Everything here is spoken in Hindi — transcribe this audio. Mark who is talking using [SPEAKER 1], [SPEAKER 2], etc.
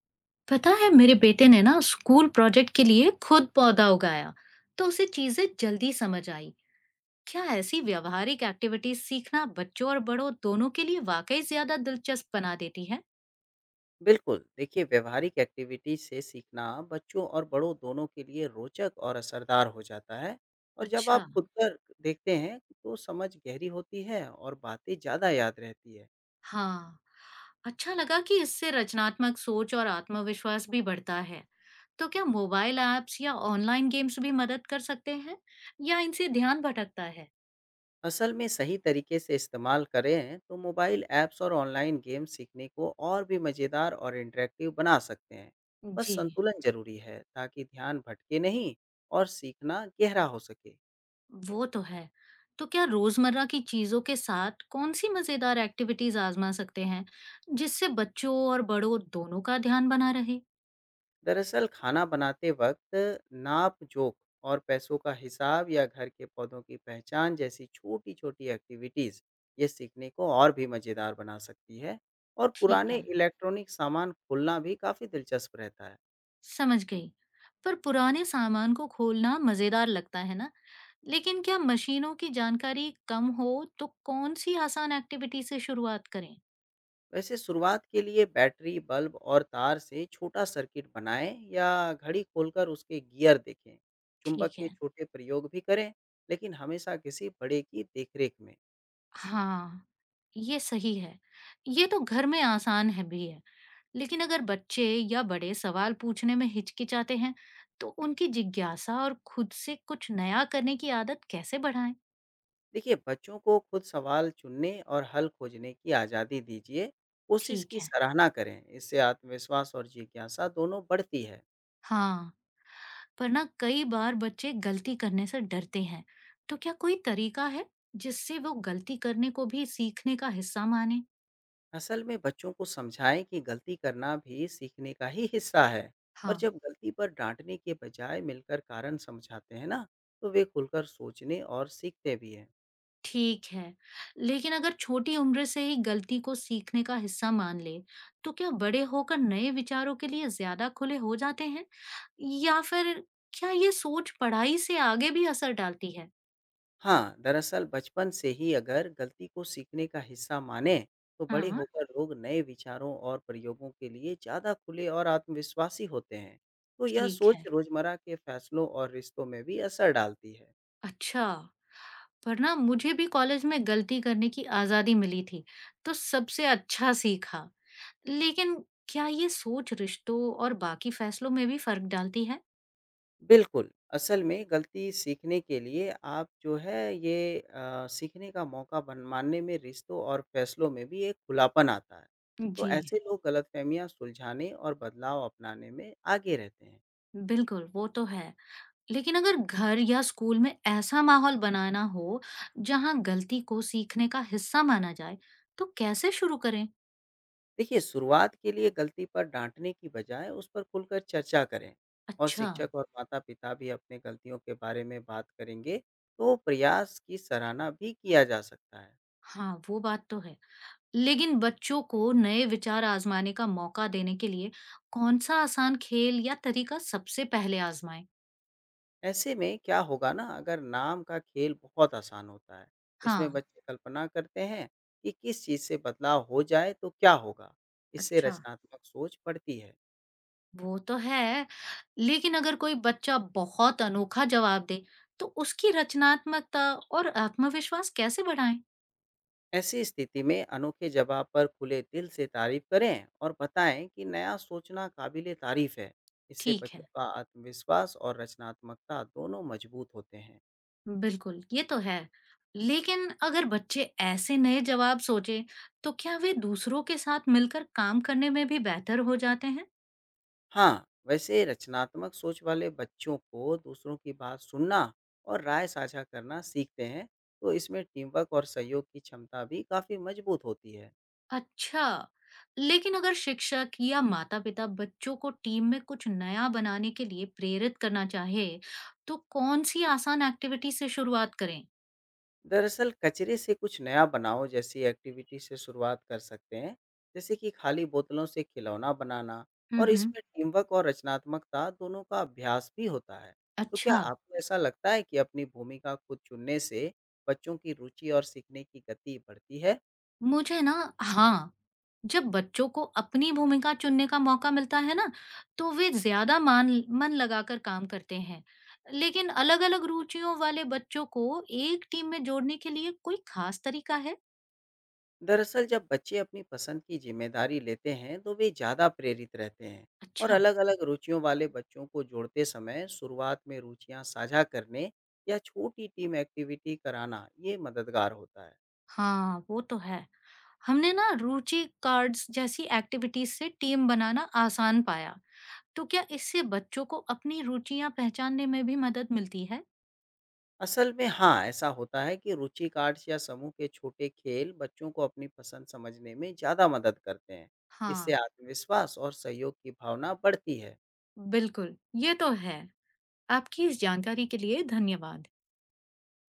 [SPEAKER 1] पता है, मेरे बेटे ने ना स्कूल प्रोजेक्ट के लिए खुद पौधा उगाया, तो उसे चीजें जल्दी समझ आई। क्या ऐसी व्यवहारिक एक्टिविटीज सीखना बच्चों और बड़ों दोनों के लिए वाकई ज्यादा दिलचस्प बना देती है?
[SPEAKER 2] बिल्कुल। देखिए, व्यवहारिक एक्टिविटी से सीखना बच्चों और बड़ों दोनों के लिए रोचक और असरदार हो जाता है। और जब
[SPEAKER 1] अच्छा।
[SPEAKER 2] आप खुद कर देखते हैं तो समझ गहरी होती है और बातें ज़्यादा याद रहती है।
[SPEAKER 1] हाँ, अच्छा लगा कि इससे रचनात्मक सोच और आत्मविश्वास भी बढ़ता है। तो क्या मोबाइल ऐप्स या ऑनलाइन गेम्स भी मदद कर सकते हैं, या इनसे ध्यान भटकता है?
[SPEAKER 2] असल में सही तरीके से इस्तेमाल करें तो मोबाइल ऐप्स और ऑनलाइन गेम सीखने को और भी मज़ेदार और इंटरेक्टिव बना सकते हैं। बस
[SPEAKER 1] जी।
[SPEAKER 2] संतुलन ज़रूरी है ताकि ध्यान भटके नहीं और सीखना गहरा हो सके।
[SPEAKER 1] वो तो है। तो क्या रोज़मर्रा की चीज़ों के साथ कौन-सी मज़ेदार एक्टिविटीज़ आज़मा सकते हैं, जिससे बच्चों और बड़ों दोनों का ध्यान बना रहे?
[SPEAKER 2] दरअसल खाना बनाते वक्त नाप जोख और पैसों का हिसाब या घर के पौधों की पहचान जैसी छोटी छोटी एक्टिविटीज़, ये सीखने को और भी मज़ेदार बना सकती है। और
[SPEAKER 1] ठीक
[SPEAKER 2] पुराने
[SPEAKER 1] है,
[SPEAKER 2] इलेक्ट्रॉनिक सामान खोलना भी काफ़ी दिलचस्प रहता है।
[SPEAKER 1] समझ गई। पर पुराने सामान को खोलना मज़ेदार लगता है ना, लेकिन क्या मशीनों की जानकारी कम हो तो कौन-सी आसान एक्टिविटी से शुरुआत करें?
[SPEAKER 2] वैसे शुरुआत के लिए बैटरी बल्ब और तार से छोटा सर्किट बनाएं या घड़ी खोलकर उसके गियर देखें। चुंबक
[SPEAKER 1] ठीक
[SPEAKER 2] के
[SPEAKER 1] है।
[SPEAKER 2] छोटे प्रयोग भी करें, लेकिन हमेशा किसी बड़े की देखरेख में।
[SPEAKER 1] हाँ, ये सही है। ये तो घर में आसान है भी है। लेकिन अगर बच्चे या बड़े सवाल पूछने में हिचकिचाते हैं, तो उनकी जिज्ञासा और खुद से कुछ नया करने की आदत कैसे बढ़ाएं?
[SPEAKER 2] देखिए, बच्चों को खुद सवाल चुनने और हल खोजने की आज़ादी दीजिए। कोशिश
[SPEAKER 1] ठीक
[SPEAKER 2] की
[SPEAKER 1] है।
[SPEAKER 2] सराहना करें, इससे आत्मविश्वास और जिज्ञासा दोनों बढ़ती है।
[SPEAKER 1] हाँ, पर ना कई बार बच्चे गलती करने से डरते हैं। तो क्या कोई तरीका है जिससे वो गलती करने को भी सीखने का हिस्सा माने?
[SPEAKER 2] असल में बच्चों को समझाएँ कि गलती करना भी सीखने का ही हिस्सा है। और
[SPEAKER 1] हाँ,
[SPEAKER 2] जब गलती पर डाँटने के बजाय मिलकर कारण समझाते हैं ना, तो वे खुलकर सोचने और सीखते भी हैं।
[SPEAKER 1] ठीक है। लेकिन अगर छोटी उम्र से ही गलती को सीखने का हिस्सा मान ले, तो क्या बड़े होकर नए विचारों के लिए ज्यादा खुले हो जाते हैं? या फिर क्या ये सोच पढ़ाई से आगे भी असर डालती है?
[SPEAKER 2] हाँ, दरअसल बचपन से ही अगर गलती को सीखने का हिस्सा मानें, तो बड़े
[SPEAKER 1] हाँ,
[SPEAKER 2] होकर लोग नए विचारों और प्रयोगों के लिए ज़्यादा खुले और आत्मविश्वासी होते हैं। तो यह
[SPEAKER 1] ठीक है।
[SPEAKER 2] सोच रोज़मर्रा के फैसलों और रिश्तों में भी असर डालती है।
[SPEAKER 1] अच्छा, पर ना मुझे भी कॉलेज में गलती करने की आजादी मिली थी, तो सबसे अच्छा सीखा। लेकिन क्या ये सोच रिश्तों और बाकी फैसलों में भी फर्क डालती है?
[SPEAKER 2] बिल्कुल, असल में गलती सीखने के लिए आप जो है ये अ, सीखने का मौका बन मानने में रिश्तों और फैसलों में भी एक खुलापन आता है। तो
[SPEAKER 1] जी।
[SPEAKER 2] ऐसे लोग गलतफहमियाँ सुलझाने और बदलाव अपनाने में आगे रहते हैं।
[SPEAKER 1] बिल्कुल, वो तो है। लेकिन अगर घर या स्कूल में ऐसा माहौल बनाना हो जहाँ गलती को सीखने का हिस्सा माना जाए, तो कैसे शुरू करें?
[SPEAKER 2] देखिए, शुरुआत के लिए गलती पर डाँटने की बजाय उस पर खुलकर चर्चा करें। और
[SPEAKER 1] अच्छा।
[SPEAKER 2] शिक्षक और माता-पिता भी अपने गलतियों के बारे में बात करेंगे, तो प्रयास की सराहना भी किया जा सकता है।
[SPEAKER 1] हाँ, वो बात तो है। लेकिन बच्चों को नए विचार आजमाने का मौका देने के लिए कौन सा आसान खेल या तरीका सबसे पहले आजमाएं?
[SPEAKER 2] ऐसे में क्या होगा ना, अगर नाम का खेल बहुत आसान होता है। इसमें
[SPEAKER 1] हाँ।
[SPEAKER 2] बच्चे कल्पना करते हैं कि किस चीज़ से बदलाव हो जाए तो क्या होगा? इससे
[SPEAKER 1] अच्छा,
[SPEAKER 2] रचनात्मक सोच बढ़ती है।
[SPEAKER 1] वो तो है, लेकिन अगर कोई बच्चा बहुत अनोखा जवाब दे, तो उसकी रचनात्मकता और आत्मविश्वास कैसे बढ़ाएं?
[SPEAKER 2] ऐसी स्थिति में अनोखे जगह पर खुले दिल से तारीफ करें और बताएं कि नया सोचना काबिले तारीफ है। इससे
[SPEAKER 1] ठीक
[SPEAKER 2] बच्चों
[SPEAKER 1] है,
[SPEAKER 2] का आत्मविश्वास और रचनात्मकता दोनों मजबूत होते हैं।
[SPEAKER 1] बिल्कुल, ये तो है। लेकिन अगर बच्चे ऐसे नए जवाब सोचे, तो क्या वे दूसरों के साथ मिलकर काम करने में भी बेहतर हो जाते हैं?
[SPEAKER 2] हाँ, वैसे रचनात्मक सोच वाले बच्चों को दूसरों की बात सुनना और राय साझा करना सीखते हैं। तो इसमें टीमवर्क और सहयोग की क्षमता भी काफ़ी मजबूत होती है।
[SPEAKER 1] अच्छा, लेकिन अगर शिक्षक या माता-पिता बच्चों को टीम में कुछ नया बनाने के लिए प्रेरित करना चाहे, तो कौन-सी आसान एक्टिविटी से शुरुआत करें?
[SPEAKER 2] दरअसल कचरे से कुछ नया बनाओ जैसी एक्टिविटी से शुरुआत कर सकते हैं, जैसे कि खाली बोतलों से खिलौना बनाना।
[SPEAKER 1] हुँ,
[SPEAKER 2] और
[SPEAKER 1] हुँ।
[SPEAKER 2] इसमें टीमवर्क और रचनात्मकता दोनों का अभ्यास भी होता है। तो क्या
[SPEAKER 1] अच्छा,
[SPEAKER 2] आपको ऐसा लगता है कि अपनी भूमिका खुद चुनने से बच्चों की रुचि और सीखने की गति बढ़ती है?
[SPEAKER 1] मुझे ना, हाँ, जब बच्चों को अपनी भूमिका चुनने का मौका मिलता है ना, तो वे ज़्यादा मान मन लगाकर काम करते हैं। लेकिन अलग-अलग रुचियों वाले बच्चों को एक टीम में जोड़ने के लिए कोई खास तरीका है?
[SPEAKER 2] दरअसल जब बच्चे अपनी पसंद की जिम्मेदारी लेते हैं तो वे ज़्यादा प्रेरित रहते हैं। और
[SPEAKER 1] अच्छा,
[SPEAKER 2] अलग-अलग रुचियों वाले बच्चों को जोड़ते समय शुरुआत में रुचियां साझा करने या छोटी टीम एक्टिविटी कराना, ये मददगार होता है।
[SPEAKER 1] हाँ, वो तो है। हमने ना रुचि कार्ड्स जैसी एक्टिविटीज से टीम बनाना आसान पाया, तो क्या इससे बच्चों को अपनी रुचियां पहचानने में भी मदद मिलती है?
[SPEAKER 2] असल में हाँ, ऐसा होता है कि रुचि कार्ड्स या समूह के छोटे खेल बच्चों को अपनी पसंद समझने में ज़्यादा मदद करते हैं। इससे
[SPEAKER 1] हाँ,
[SPEAKER 2] आत्मविश्वास और सहयोग की भावना बढ़ती है।
[SPEAKER 1] बिल्कुल, ये तो है। आपकी इस जानकारी के लिए धन्यवाद।